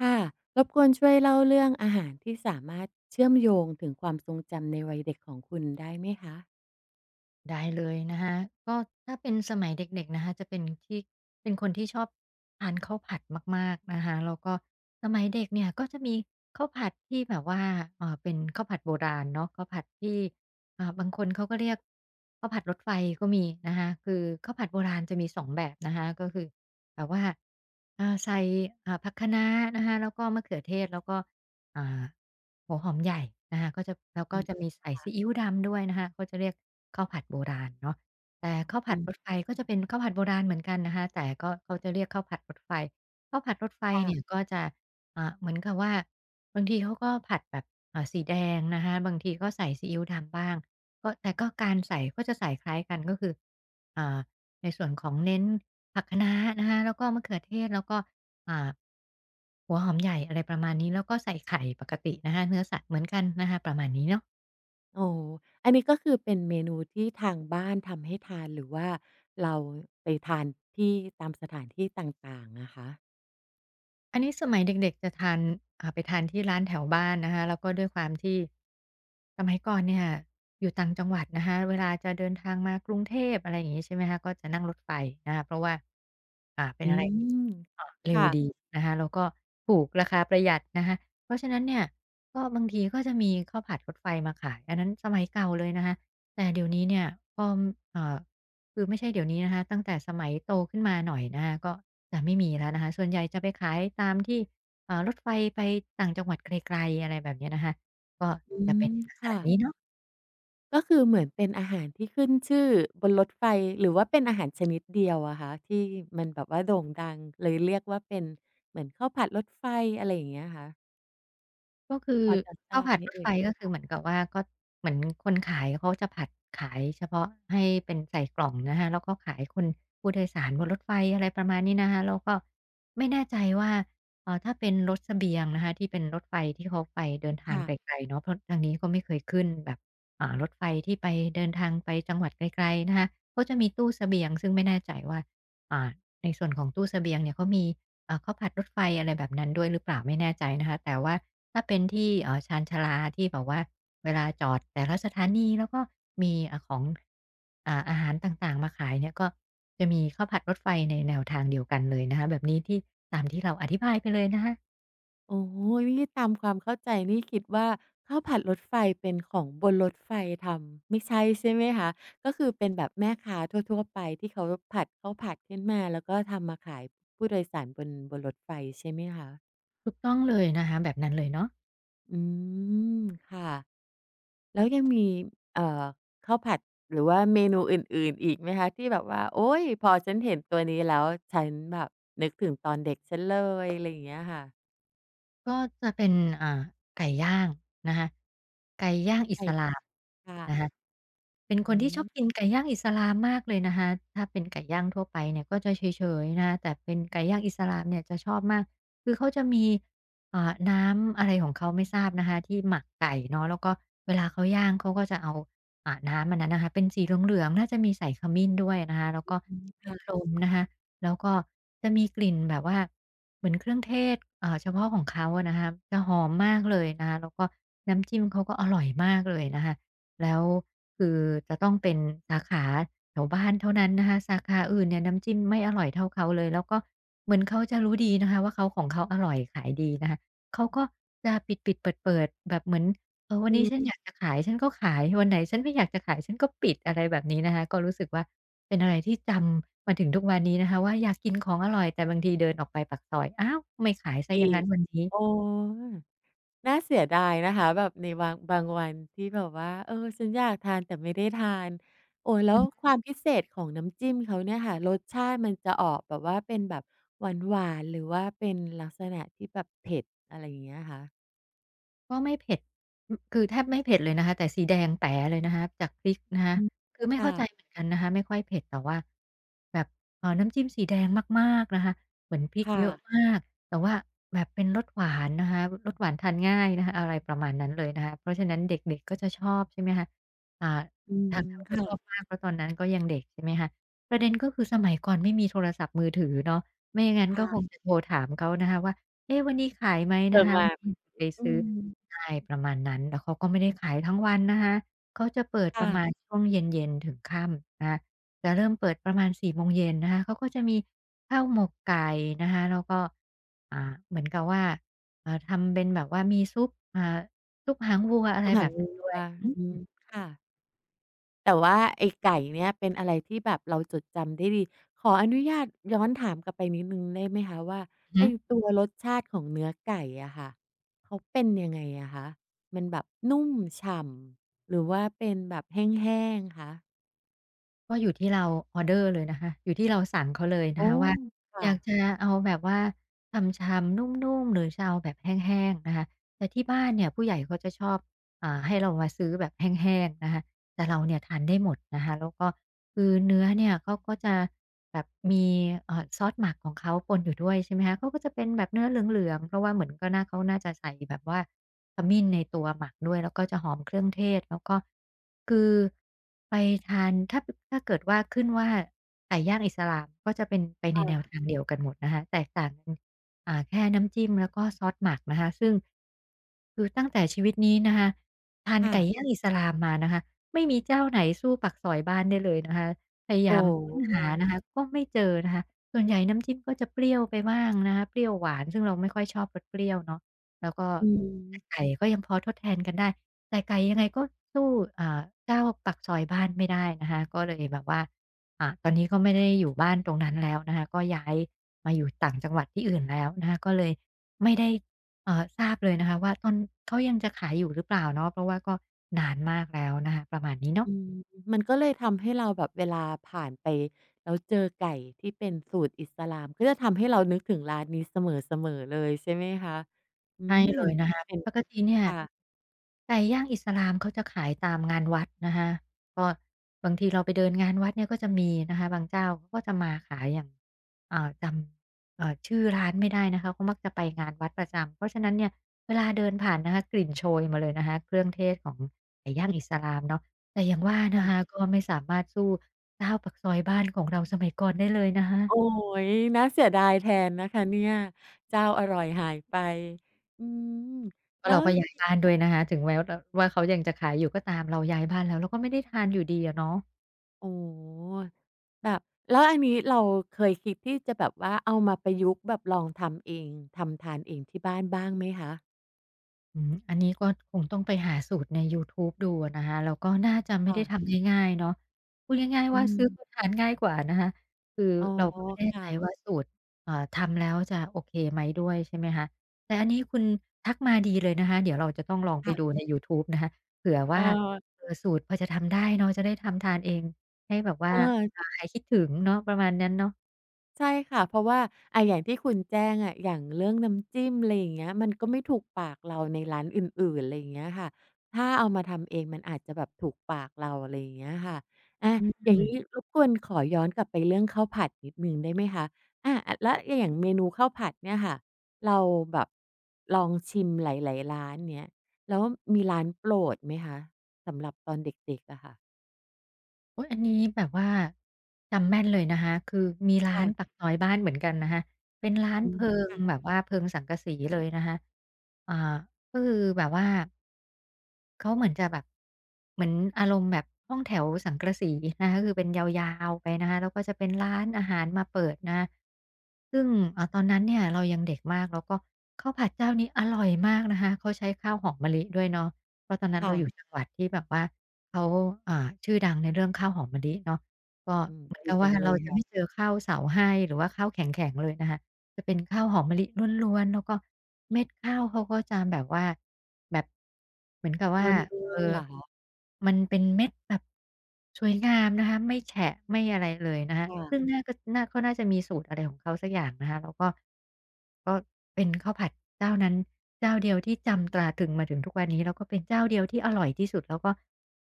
ค่ะรบกวนช่วยเล่าเรื่องอาหารที่สามารถเชื่อมโยงถึงความทรงจำในวัยเด็กของคุณได้ไหมคะได้เลยนะคะก็ถ้าเป็นสมัยเด็กๆนะคะจะเป็นที่เป็นคนที่ชอบทานข้าวผัดมากๆนะคะแล้วก็สมัยเด็กเนี่ยก็จะมีข้าวผัดที่แบบว่าเป็นข้าวผัดโบราณเนาะข้าวผัดที่บางคนเขาก็เรียกข้าวผัดรถไฟก็มีนะคะคือข้าวผัดโบราณจะมีสองแบบนะคะก็คือแบบว่าใส่ผักคะน้านะคะแล้วก็มะเขือเทศแล้วก็อ่า หัวหอมใหญ่นะคะก็จะแล้วก็จะอืมมีใส่ซีอิ๊วดำด้วยนะคะก็จะเรียกข้าวผัดโบราณเนาะแต่ข้าวอืผัดรถมไฟก็จะเป็นข้าวผัดโบราณเหมือนกันนะคะแต่ก็เขาจะเรียกข้าวผัดรถไฟข้าวผัดรถไฟเนี่ยค่ะก็จะเหมือนกับว่าบางทีเขาก็ผัดแบบสีแดงนะคะบางทีก็ใส่ซีอิ๊วดำบ้างก็แต่ก็การใส่ก็จะใส่คล้ายกันก็คืออ่าในส่วนของเน้นผักคะน้านะคะแล้วก็มะเขือเทศแล้วก็ อ่าหัวหอมใหญ่อะไรประมาณนี้แล้วก็ใส่ไข่ปกตินะคะเนื้อสัตว์เหมือนกันนะคะประมาณนี้เนาะโอ้โฮอันนี้ก็คือเป็นเมนูที่ทางบ้านทำให้ทานหรือว่าเราไปทานที่ตามสถานที่ต่างๆอะคะอันนี้สมัยเด็กๆจะทานไปทานที่ร้านแถวบ้านนะคะแล้วก็ด้วยความที่สมัยก่อนเนี่ยอยู่ต่างจังหวัดนะคะเวลาจะเดินทางมากรุงเทพอะไรอย่างงี้ใช่ไหมคะก็จะนั่งรถไฟนะคะเพราะว่าเป็นอือะไร มเร็วค่ะดีนะคะแล้วก็ถูกราคาประหยัดนะคะเพราะฉะนั้นเนี่ยก็บางทีก็จะมีข้าวผัดรถไฟมาขายอันนั้นสมัยเก่าเลยนะคะแต่เดี๋ยวนี้เนี่ยก็เอ่อคือไม่ใช่เดี๋ยวนี้นะคะตั้งแต่สมัยโตขึ้นมาหน่อยนะคะก็จะไม่มีแล้วนะคะส่วนใหญ่จะไปขายตามที่รถไฟไปต่างจังหวัดไกลๆอะไรแบบเนี้ยนะคะก็อืจะมเป็นในลักษณะค่ะนี้เนาะ ก็คือเหมือนเป็นอาหารที่ขึ้นชื่อบนรถไฟหรือว่าเป็นอาหารชนิดเดียวอะคะที่มันแบบว่าโด่งดังเลยเรียกว่าเป็นเหมือนข้าวผัดรถไฟอะไรอย่างเงี้ยคะ ก็คือพอจะทข้าวราบผัดไหมรถเอ่ไฟยก็คือเหมือนกับว่าก็เหมือนคนขายเขาจะผัดขายเฉพาะให้เป็นใส่กล่องนะคะแล้วก็ขายคนผู้โดยสารบนรถไฟอะไรประมาณนี้นะคะแล้วก็ไม่แน่ใจว่าถ้าเป็นรถเสบียงนะคะที่เป็นรถไฟที่เขาไปเดินทางค่ะไกลๆเนาะเพราะทางนี้ก็ไม่เคยขึ้นแบบรถไฟที่ไปเดินทางไปจังหวัดไกลๆนะคะเขาจะมีตู้เสบียงซึ่งไม่แน่ใจว่าอ่าในส่วนของตู้เสบียงเนี่ยเขามี เอ่าข้าวผัดรถไฟอะไรแบบนั้นด้วยหรือเปล่าไม่แน่ใจนะคะแต่ว่าถ้าเป็นที่ชานชาลาที่แบบว่าเวลาจอดแต่ละสถานีแล้วก็มีของอาหารต่างๆมาขายเนี่ยก็จะมีข้าวผัดรถไฟในแนวทางเดียวกันเลยนะคะแบบนี้ที่ตามที่เราอธิบายไปเลยนะคะโอ้โฮนี่ตามความเข้าใจนี่คิดว่าข้าวผัดรถไฟเป็นของบนรถไฟทำไม่ใช่ใช่ไหมคะก็คือเป็นแบบแม่ค้าทั่วๆไปที่เขาผัดข้าวผัดขึ้นมาแล้วก็ทำมาขายผู้โดยสารบนรถไฟใช่ไหมคะถูกต้องเลยนะคะแบบนั้นเลยเนาะ อืมค่ะแล้วยังมีเอ่อข้าวผัดหรือว่าเมนูอื่นๆอีกไหมคะที่แบบว่าโอ๊ยพอฉันเห็นตัวนี้แล้วฉันแบบนึกถึงตอนเด็กฉันเลยอะไรอย่างเงี้ยค่ะก็จะเป็นอ่าไก่ย่างนะคะไก่ย่างอิใช่สลามนะคะค่ะเป็นคอืนที่ชอบกิม นไก่ย่างอิสลามมากเลยนะคะถ้าเป็นไก่ย่างทั่วไปเนี่ยก็จะเฉยๆนะคะแต่เป็นไก่ย่างอิสลามเนี่ยจะชอบมากคือเขาจะมีน้ำอะไรของเขาไม่ทราบนะคะที่หมักไก่เนาะแล้วก็เวลาเขาย่างเขาก็จะเอาน้ำอันนั้นนะคะเป็นสีเหลืองๆน่าจะมีใส่ขมิ้นด้วยนะคะแล้วก็อืมค่ะพรมๆนะคะ แล้วก็จะมีกลิ่นแบบว่าเหมือนเครื่องเทศเฉพาะของเขาอะนะคะจะหอมมากเลยนะคะแล้วก็น้ำจิ้มเขาก็อร่อยมากเลยนะคะแล้วคือจะต้องเป็นสาขาแถวบ้านเท่านั้นนะคะสาขาอื่นเนี่ยน้ำจิ้มไม่อร่อยเท่าเขาเลยแล้วก็เหมือนเขาจะรู้ดีนะคะว่าเขาของเขาอร่อยขายดีนะคะเขาก็จะปิดๆเปิดๆแบบเหมือนเออวันอืนี้ฉันมอยากจะขายฉันก็ขายวันไหนฉันไม่อยากจะขายฉันก็ปิดอะไรแบบนี้นะคะก็รู้สึกว่า เป็นอะไรที่จำมาถึงทุกวันนี้นะคะว่าอยากกินของอร่อยแต่บางทีเดินออกไปปากซอยอ้าวไม่ขายเสียอปีย่างงั้บนวันนี้ โอ้น่าเสียดายนะคะแบบในบางวันที่แบบว่าเออฉันอยากทานแต่ไม่ได้ทานโอ้แล้วความพิเศษของน้ำจิ้มเขาเนี่ยค่ะรสชาติมันจะออกแบบว่าเป็นแบบหวานๆหรือว่าเป็นลักษณะที่แบบเผ็ดอะไรอย่างเงี้ยคะก็ไม่เผ็ดคือแทบไม่เผ็ดเลยนะคะแต่สีแดงแป๋เลยนะคะจากพริกนะคะอืมคือไม่เข้าใจเหค่ะมือนกันนะคะไม่ค่อยเผ็ดแต่ว่าแบบน้ำจิ้มสีแดงมากๆนะคะเหมือนพริกค่ะเยอะมากแต่ว่าแบบเป็นรสหวานนะคะรสหวานทานง่ายนะคะอะไรประมาณนั้นเลยนะคะเพราะฉะนั้นเด็กๆก็จะชอบใช่ไหมคะอ่าอืมทางเราก็ชค่ะอบมากเพราะตอนนั้นก็ยังเด็กใช่ไหมคะประเด็นก็คือสมัยก่อนไม่มีโทรศัพท์มือถือเนาะไม่อย่างงั้นก็คงค่ะจะโทรถามเขานะคะว่า เอ๊ะวันนี้ขายไหมเสินะดคะมาวันนี้ไปอืซื้อมใช่ประมาณนั้นแล้วเขาก็ไม่ได้ขายทั้งวันนะคะเขาจะเปิดประมาณค่ะช่วงเย็นๆถึงค่ำนะคะจะเริ่มเปิดประมาณ4โมงเย็นนะคะเขาก็จะมีข้าวหมกไก่นะคะแล้วก็อ่าเหมือนกับว่าทำเป็นแบบว่ามีซุปซุปหางวัวอะไรต้มแบข่าบงันั้นด้ววยอืมค่ะ แต่ว่าไอ้ไก่เนี่ยเป็นอะไรที่แบบเราจดจำได้ดีขออนุญาตย้อนถามกลับไปนิดหนึ่งได้ไหมคะว่าฮึ ไอ้ตัวรสชาติของเนื้อไก่อะค่ะเขาเป็นยังไงอะคะมันแบบนุ่มฉ่ำหรือว่าเป็นแบบแห้งๆคะก็อยู่ที่เราออร์เดอร์เลยนะคะ อยู่ที่เราสั่งเขาเลยนะโอ้คะว่าอค่ะยากจะเอาแบบว่าฉ่ำๆนุ่มๆหรือจะเอาแบบแห้งๆนะคะแต่ที่บ้านเนี่ยผู้ใหญ่เขาจะชอบให้เรามาซื้อแบบแห้งๆนะคะแต่เราเนี่ยทานได้หมดนะคะแล้วก็ คือเนื้อเนี่ยเขาก็จะแบบมีซอสหมักของเขาปนอยู่ด้วยใช่ไหมคะเขาก็จะเป็นแบบเนื้อเหลืองๆเพราะว่าเหมือนก็น่าเขาน่าจะใส่แบบว่าขมิ้นในตัวหมักด้วยแล้วก็จะหอมเครื่องเทศแล้วก็คือไปทานถ้าเกิดว่าขึ้นว่าไก่ย่างอิสลามก็จะเป็นไปในค่แนวะทางเดียวกันหมดนะคะแตกต่างกันแค่น้ำจิ้มแล้วก็ซอสหมักนะคะซึ่งคือตั้งแต่ชีวิตนี้นะคะทานค่ะไก่ย่างอิสลามมานะคะ ไม่มีเจ้าไหนสู้ปากสอยบ้านได้เลยนะคะพยาโอ้ยามค้นโฮหานะคะก็ไม่เจอนะคะส่วนใหญ่น้ำจิ้มก็จะเปรี้ยวไปบ้างนะคะเปรี้ยวหวานซึ่งเราไม่ค่อยชอบรสเปรี้ยวเนาะแล้วก็อืม ไก่ก็ยังพอทดแทนกันได้แต่ไก่ยังไงก็สู้อ่าเจ้าปากซอยบ้านไม่ได้นะคะก็เลยแบบว่าตอนนี้ก็ไม่ได้อยู่บ้านตรงนั้นแล้วนะคะก็ย้ายมาอยู่ต่างจังหวัดที่อื่นแล้วนะคะก็เลยไม่ได้ ทราบเลยนะคะว่าตอนเขายังจะขายอยู่หรือเปล่าเนาะเพราะว่าก็นานมากแล้วนะคะประมาณนี้เนาะ อืมมันก็เลยทำให้เราแบบเวลาผ่านไปแล้วเจอไก่ที่เป็นสูตรอิสลามก็จะทำให้เรานึกถึงร้านนี้เสมอๆเลยใช่ไหมคะอืใช่มเลมันยนะก็คะเป็นปกติเนี่ยค่ะไก่ย่างอิสลามเขาจะขายตามงานวัดนะคะก็บางทีเราไปเดินงานวัดเนี่ยก็จะมีนะคะบางเจ้าเขาก็จะมาขายอย่างจำชื่อร้านไม่ได้นะคะเขามักจะไปงานวัดประจำเพราะฉะนั้นเนี่ยเวลาเดินผ่านนะคะกลิ่นโชยมาเลยนะคะเครื่องเทศของไก่ย่างอิสลามเนาะแต่อย่างว่านะคะค่ะก็ไม่สามารถสู้ข้าวปักซอยบ้านของเราสมัยก่อนได้เลยนะคะ โอ๊ยน่าเสียดายแทนนะคะเนี่ยเจ้าอร่อยหายไปอืมเพราะแล้เราวก็ย้ายบ้านด้วยนะคะถึงแม้ว่าเขายังจะขายอยู่ก็ตามเราย้ายบ้านแล้วเราก็ไม่ได้ทานอยู่ดีอะเนาะโอ้โฮแบบแล้วอันนี้เราเคยคิดที่จะแบบว่าเอามาประยุกต์แบบลองทำเองทำทานเองที่บ้านบ้างไหมคะอืมอันนี้ก็คงต้องไปหาสูตรในยูทูบดูอะนะคะแล้วก็น่าจะไม่ได้ค่ะทำง่ายๆเนาะพูดง่ายๆอืว่ามซื้อเขาทานง่ายกว่านะคะคืออ๋อเราก็ไม่แน่ใจว่าค่ะสูตรทำแล้วจะโอเคไหมด้วยใช่ไหมคะแต่อันนี้คุณทักมาดีเลยนะคะเดี๋ยวเราจะต้องลองไปดูค่ะ ในยูทูบนะคะเผื่อเอว่าอสูตรพอจะทำได้เนาะจะได้ทำทานเองให้แบบเอว่าอหายคิดถึงเนาะประมาณนั้นเนาะใช่ค่ะเพราะว่าอาอย่างที่คุณแจ้งอะอย่างเรื่องน้ำจิ้มอะไรอย่างเงี้ยมันก็ไม่ถูกปากเราในร้านอื่นๆอะไรอย่างเงี้ยค่ะถ้าเอามาทำเองมันอาจจะแบบถูกปากเราอะไรอย่างเงี้ยค่ะอาอย่าอืงงี้ม รบกวนขอย้อนกลับไปเรื่องข้าวผัดนิดหนึ่งได้ไหมคะอาอะแล้วอย่างเมนูข้าวผัดเนี่ยค่ะเราแบบลองชิมหลายๆร้านเนี้ยแล้วมีร้านโปรดไหมคะสำหรับตอนเด็กๆอะค่ะโอ๊ยอันนี้แบบว่าจำแม่นเลยนะคะ คือมีร้านปากค่ะซอยบ้านเหมือนกันนะคะ เป็นร้านอืมเพิงแบค่ะบว่าเพิงสังกะสีเลยนะคะ อ่าก็คือแบบว่า เขาเหมือนจะแบบเหมือนอารมณ์แบบห้องแถวสังกะสีนะคะคือเป็นยาวๆไปนะคะแล้วก็จะเป็นร้านอาหารมาเปิดนะซึ่งตอนนั้นเนี่ยเรายังเด็กมากแล้วก็ข้าวผัดเจ้านี้อร่อยมากนะคะเขาใช้ข้าวหอมมะลิด้วยเนาะเพราะตอนนั้นเราอยู่ค่ะจังหวัดที่แบบว่าเขาอ่าชื่อดังในเรื่องข้าวหอมมะลิเนาะก็อืมเหมือนดีกับจัว่างเลเรายจะไม่ค่ะ เจอข้าวเสาให้หรือว่าข้าวแข็งๆเลยนะคะ จะเป็นข้าวหอมมะลิล้วนๆ แล้วก็เม็ดข้าวเขาก็จะแบบว่าแบบเหมือนกับรว่าวนเอ่ๆอเหรอคะมันเป็นเม็ดแบบสวยงามนะคะไม่แฉะไม่อะไรเลยนะคะค่ะซึ่งน่าก็เขาน่าจะมีสูตรอะไรของเขาสักอย่างนะคะแล้วก็ก็เป็นข้าวผัดเจ้านั้นเจ้าเดียวที่จำตราตรึงมาถึงทุกวันนี้แล้วก็เป็นเจ้าเดียวที่อร่อยที่สุดแล้วก็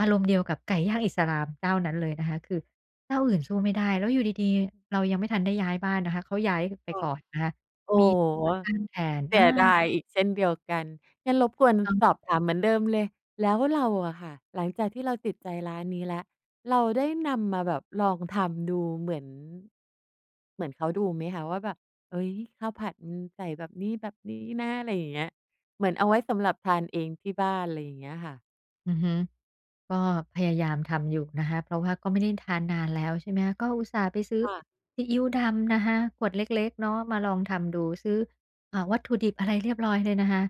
อารมณ์เดียวกับไก่ย่างอิสลามเจ้านั้นเลยนะคะคือ เจ้าอื่นสู้ไม่ได้แล้วอยู่ดีๆ เรายังไม่ทันได้ย้ายบ้านนะคะเขาย้ายไปค่ะก่อนนะคะโอ้มี โฮ แทนเสีอายดายอีกเช่นเดียวกันงั้นรบกถูกวนต้อสองบถามเหมือนเดิมเลยแล้วเราอะค่ะหลังจากที่เราติดใจร้านนี้แล้วเราได้นำมาแบบลองทำดูเหมือนเหมือนเขาดูไหมคะว่าแบบเฮ้ยข้าวผัดมันใส่แบบนี้แบบนี้นะอะไรอย่างเงี้ยเหมือนเอาไว้สำหรับทานเองที่บ้านอะไรอย่างเงี้ยค่ะอือฮึ ก็พยายามทำอยู่นะคะเพราะว่าก็ไม่ได้ทานนานแล้วใช่ไหมคะก็อุตส่าห์ไปซื้อค่ะซีอิ๊วดำนะคะขวดเล็กๆเนาะมาลองทำดูซื้อวัตถุดิบอะไรเรียบร้อยเลยนะคะ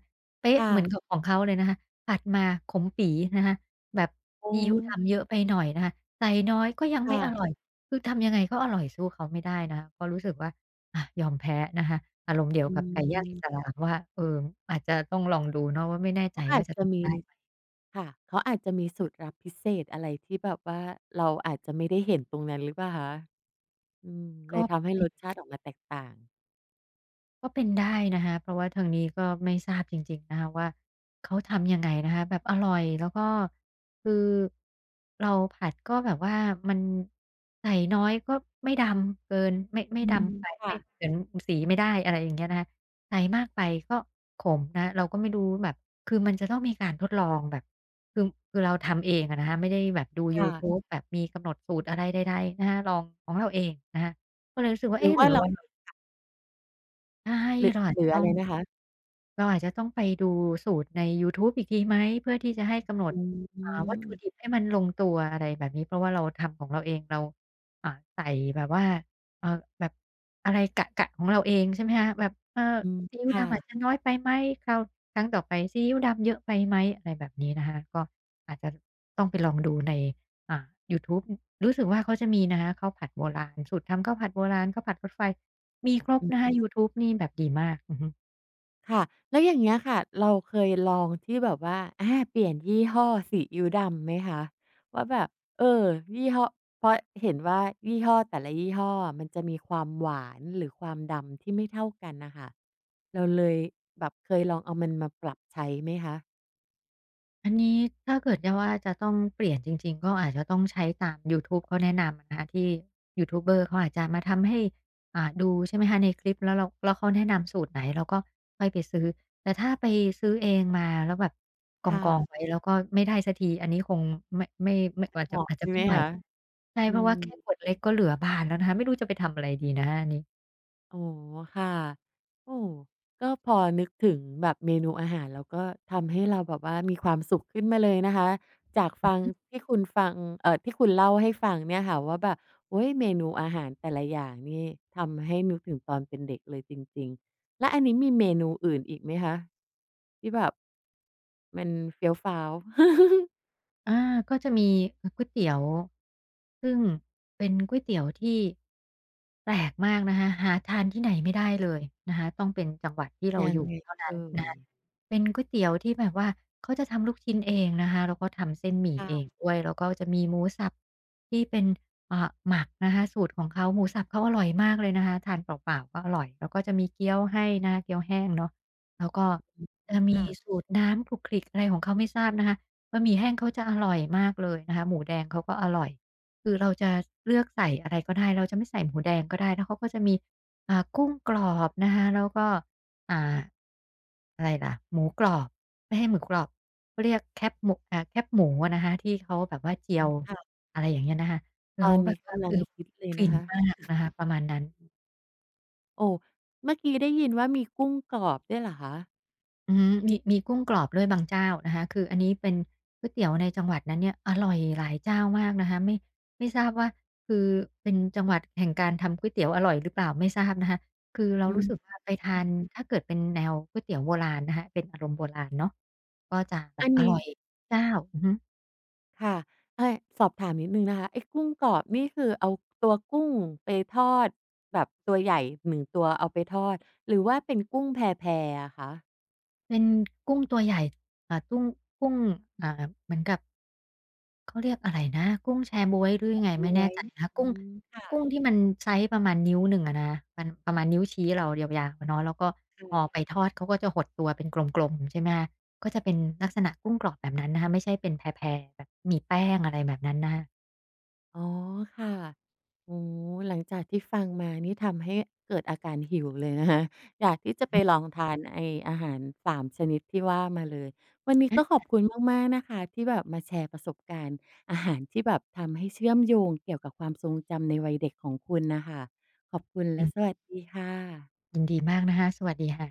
เป๊ะค่ะเหมือนกับของเขาเลยนะคะผัดมาขมปี๋นะคะแบบอ๋อซีอิ๊วดำเยอะไปหน่อยนะคะใส่น้อยก็ยังไม่ค่ะอร่อยคือทำยังไงก็อร่อยสู้เขาไม่ได้นะคะก็รู้สึกว่าอะยอมแพ้นะคะอารมณ์เดียวอืกับไก่ย่างอิสมลามว่าเอออาจจะต้องลองดูเนาะว่าไม่แน่ใจเขาอาว่าจจะจะทำมี ได้ไหมค่ะเขาอาจจะมีสูตรลับพิเศษอะไรที่แบบว่าเราอาจจะไม่ได้เห็นตรงนั้นหรือเปล่าคะอืมเลก็ ยทำให้รสชาติออกมาแตกต่างก็เป็นได้นะคะเพราะว่าทางนี้ก็ไม่ทราบจริงๆนะคะว่าเขาทำยังไงนะคะแบบอร่อยแล้วก็คือเราผัดก็แบบว่ามันใส่น้อยก็ไม่ดำเกินไม่อืมดำไปค่ะไม่เหมือนสีไม่ได้อะไรอย่างเงี้ยนะคะใส่มากไปก็ขมนะเราก็ไม่รู้แบบคือมันจะต้องมีการทดลองแบบคือคือเราทำเองอะนะคะไม่ได้แบบดูยูค่ะทูบแบบมีกำหนดสูตรอะไรใดๆนะคะลองของเราเองนะคะก็เลยรู้สึกว่าหรือเอ๊ะหรืว่าอเราว่าเราใช่หรือเราอาจหรืจะอต้ออะไรง นะคะเราอาจจะต้องไปดูสูตรในยูทูบอีกทีไหมเพื่อที่จะให้กำหนดอืวัตมถุดิบให้มันลงตัวอะไรแบบนี้เพราะว่าเราทำของเราเองเราใส่แบบว่าเอ่อแบบอะไรกะๆของเราเองใช่ไหมคะแบบเอออืมซีอิ๊วค่ะดำอาจจะน้อยไปไหมคราวครั้งต่อไปซีอิ๊วดำเยอะไปไหมอะไรแบบนี้นะคะก็อาจจะต้องไปลองดูในอ่ายูทูบรู้สึกว่าเขาจะมีนะคะข้าวผัดโบราณสูตรทำข้าวผัดโบราณข้าวผัดรถไฟมีครบอืม นะคะยูทูบนี่แบบดีมากอือฮึ ค่ะแล้วอย่างเงี้ยค่ะเราเคยลองที่แบบว่าอาเปลี่ยนยี่ห้อซีอิ๊วดำไหมคะว่าแบบเออยี่ห้อเพราะเห็นว่ายี่ห้อแต่ละยี่ห้ออะมันจะมีความหวานหรือความดำที่ไม่เท่ากันน่ะค่ะเราเลยแบบเคยลองเอามันมาปรับใช้ไหมคะอันนี้ถ้าเกิดจะว่าจะต้องเปลี่ยนจริงๆก็อาจจะต้องใช้ตามยูทูบเขาแนะนำอะนะคะที่ยูทูบเบอร์เขาอาจจะมาทำให้ดูใช่ไหมคะในคลิปแล้วเราแล้วเขาแนะนำสูตรไหนเราก็ค่อยไปซื้อแต่ถ้าไปซื้อเองมาแล้วแบบกค่ะองๆไว้แล้วก็ไม่ได้สักทีอันนี้คงไม่อาจเหจะมาะอาจจะใช่ไม่ไหมไหวคะใช่อืเพราะม ว่าแค่ขวดเล็กก็เหลือบานแล้วนะคะไม่รู้จะไปทำอะไรดีนะคะอันนี้ อ๋อค่ะโอ้ก็พอนึกถึงแบบเมนูอาหารแล้วก็ทำให้เราแบบว่ามีความสุขขึ้นมาเลยนะคะจากฟังที่คุณฟังเอ่อที่คุณเล่าให้ฟังเนี่ยค่ะว่าแบบโอ๊ยเมนูอาหารแต่ละอย่างนี่ทำให้นึกถึงตอนเป็นเด็กเลยจริงๆแล้วอันนี้มีเมนูอื่นอีกไหมคะที่แบบมันเฟี้ยวฟ้าว อาก็จะมีก๋วยเตี๋ยวซึ่งเป็นก๋วยเตี๋ยวที่แปลกมากนะคะหาทานที่ไหนไม่ได้เลยนะคะต้องเป็นจังหวัดที่เรายัองยู่ไงเท่าเอ่นั้นนะยคะเป็นก๋วยเตี๋ยวที่แบบว่าเขาจะทำลูกชิ้นเองนะคะแล้วก็ทำเส้นหมี่เอค่ะงด้วยแล้วก็จะมีหมูสับที่เป็นหมักนะคะสูตรของเขาหมูสับเขาอร่อยมากเลยนะคะทานเปล่าๆก็อร่อยแล้วก็จะมีเกี๊ยวให้นะคะเกี๊ยวแห้งเนาะแล้วก็อืจะมมีค่ะสูตรน้ำขลุกขลิกอะไรของเขาไม่ทราบนะคะ บะหมี่แห้งเขาจะอร่อยมากเลยนะคะหมูแดงเขาก็อร่อยคือเราจะเลือกใส่อะไรก็ได้เราจะไม่ใส่หมูแดงก็ได้แล้วเขาก็จะมีกุ้งกรอบนะคะแล้วก็อ่าอะไรล่ะหมูกรอบไม่ให้หมูกรอบเขาเรียกแคปหมูแคปหมูอะนะคะที่เขาแบบว่าเจียวค่ะอะไรอย่างเงี้ยนะคะแล้ตอวนแบนี้บว่ากำลัคืงอฮิตเลยฟินะนคะ มากนะคะประมาณนั้น โอ้เมื่อกี้ได้ยินว่ามีกุ้งกรอบด้วยเหรอคะอือฮึมีกุ้งกรอบด้วยบางเจ้านะคะคืออันนี้เป็นก๋วยเตี๋ยวในจังหวัดนั้นเนี่ยอร่อยหลายเจ้ามากนะคะไม่ทราบว่าคือเป็นจังหวัดแห่งการทำก๋วยเตี๋ยวอร่อยหรือเปล่าไม่ทราบนะคะคือเราอืรู้สึกมว่าไปทานถ้าเกิดเป็นแนวก๋วยเตี๋ยวโบราณนะคะเป็นอารมณ์โบราณเนาะก็จะแบอับนอนี้ ร่อยทุกเจ้าอือฮึค่ะเอ๊ยสอบถามนิดหนึ่งนะคะไอ้กุ้งกรอบนี่คือเอาตัวกุ้งไปทอดแบบตัวใหญ่หนึ่งตัวเอาไปทอด หรือว่าเป็นกุ้งแพๆอะคะเป็นกุ้งตัวใหญ่อ่าตุ้งกุ้งอ่าเหมือนกับ เขาเรียกอะไรนะกุ้งแชบ๊วยหรือยังไงไม่บ๊วแน่ยใจนะอืมกุ้งค่ะที่มันไซซ์ประมาณนิ้วหนึ่งอะนะมันประมาณนิ้วชี้เรายาวๆอะเนาะแล้วก็พอๆ ไปทอดเขาก็จะหดตัวเป็นกลมๆใช่ไหมคะก็จะเป็นลักษณะกุ้งกรอบแบบนั้นนะคะไม่ใช่เป็นแผ่ๆแบบมีแป้งอะไรแบบนั้นนะคะ อ๋อค่ะโอ้หลังจากที่ฟังมานี่ทำให้เกิดอาการหิวเลยนะคะอยากที่จะไปลองทานไอ้อาหารสามชนิดที่ว่ามาเลย วันนี้ก็ ขอาอบคุณมากๆนะคะที่แบบมาแชร์ประสบการณ์อาหารที่แบบทำให้เชื่อมโยงเกี่ยวกับความทรงจำในวัยเด็กของคุณนะคะ ขอบคุณยิและนสวัสดีค่ะยินดีมากนะคะสวัสดีค่ะ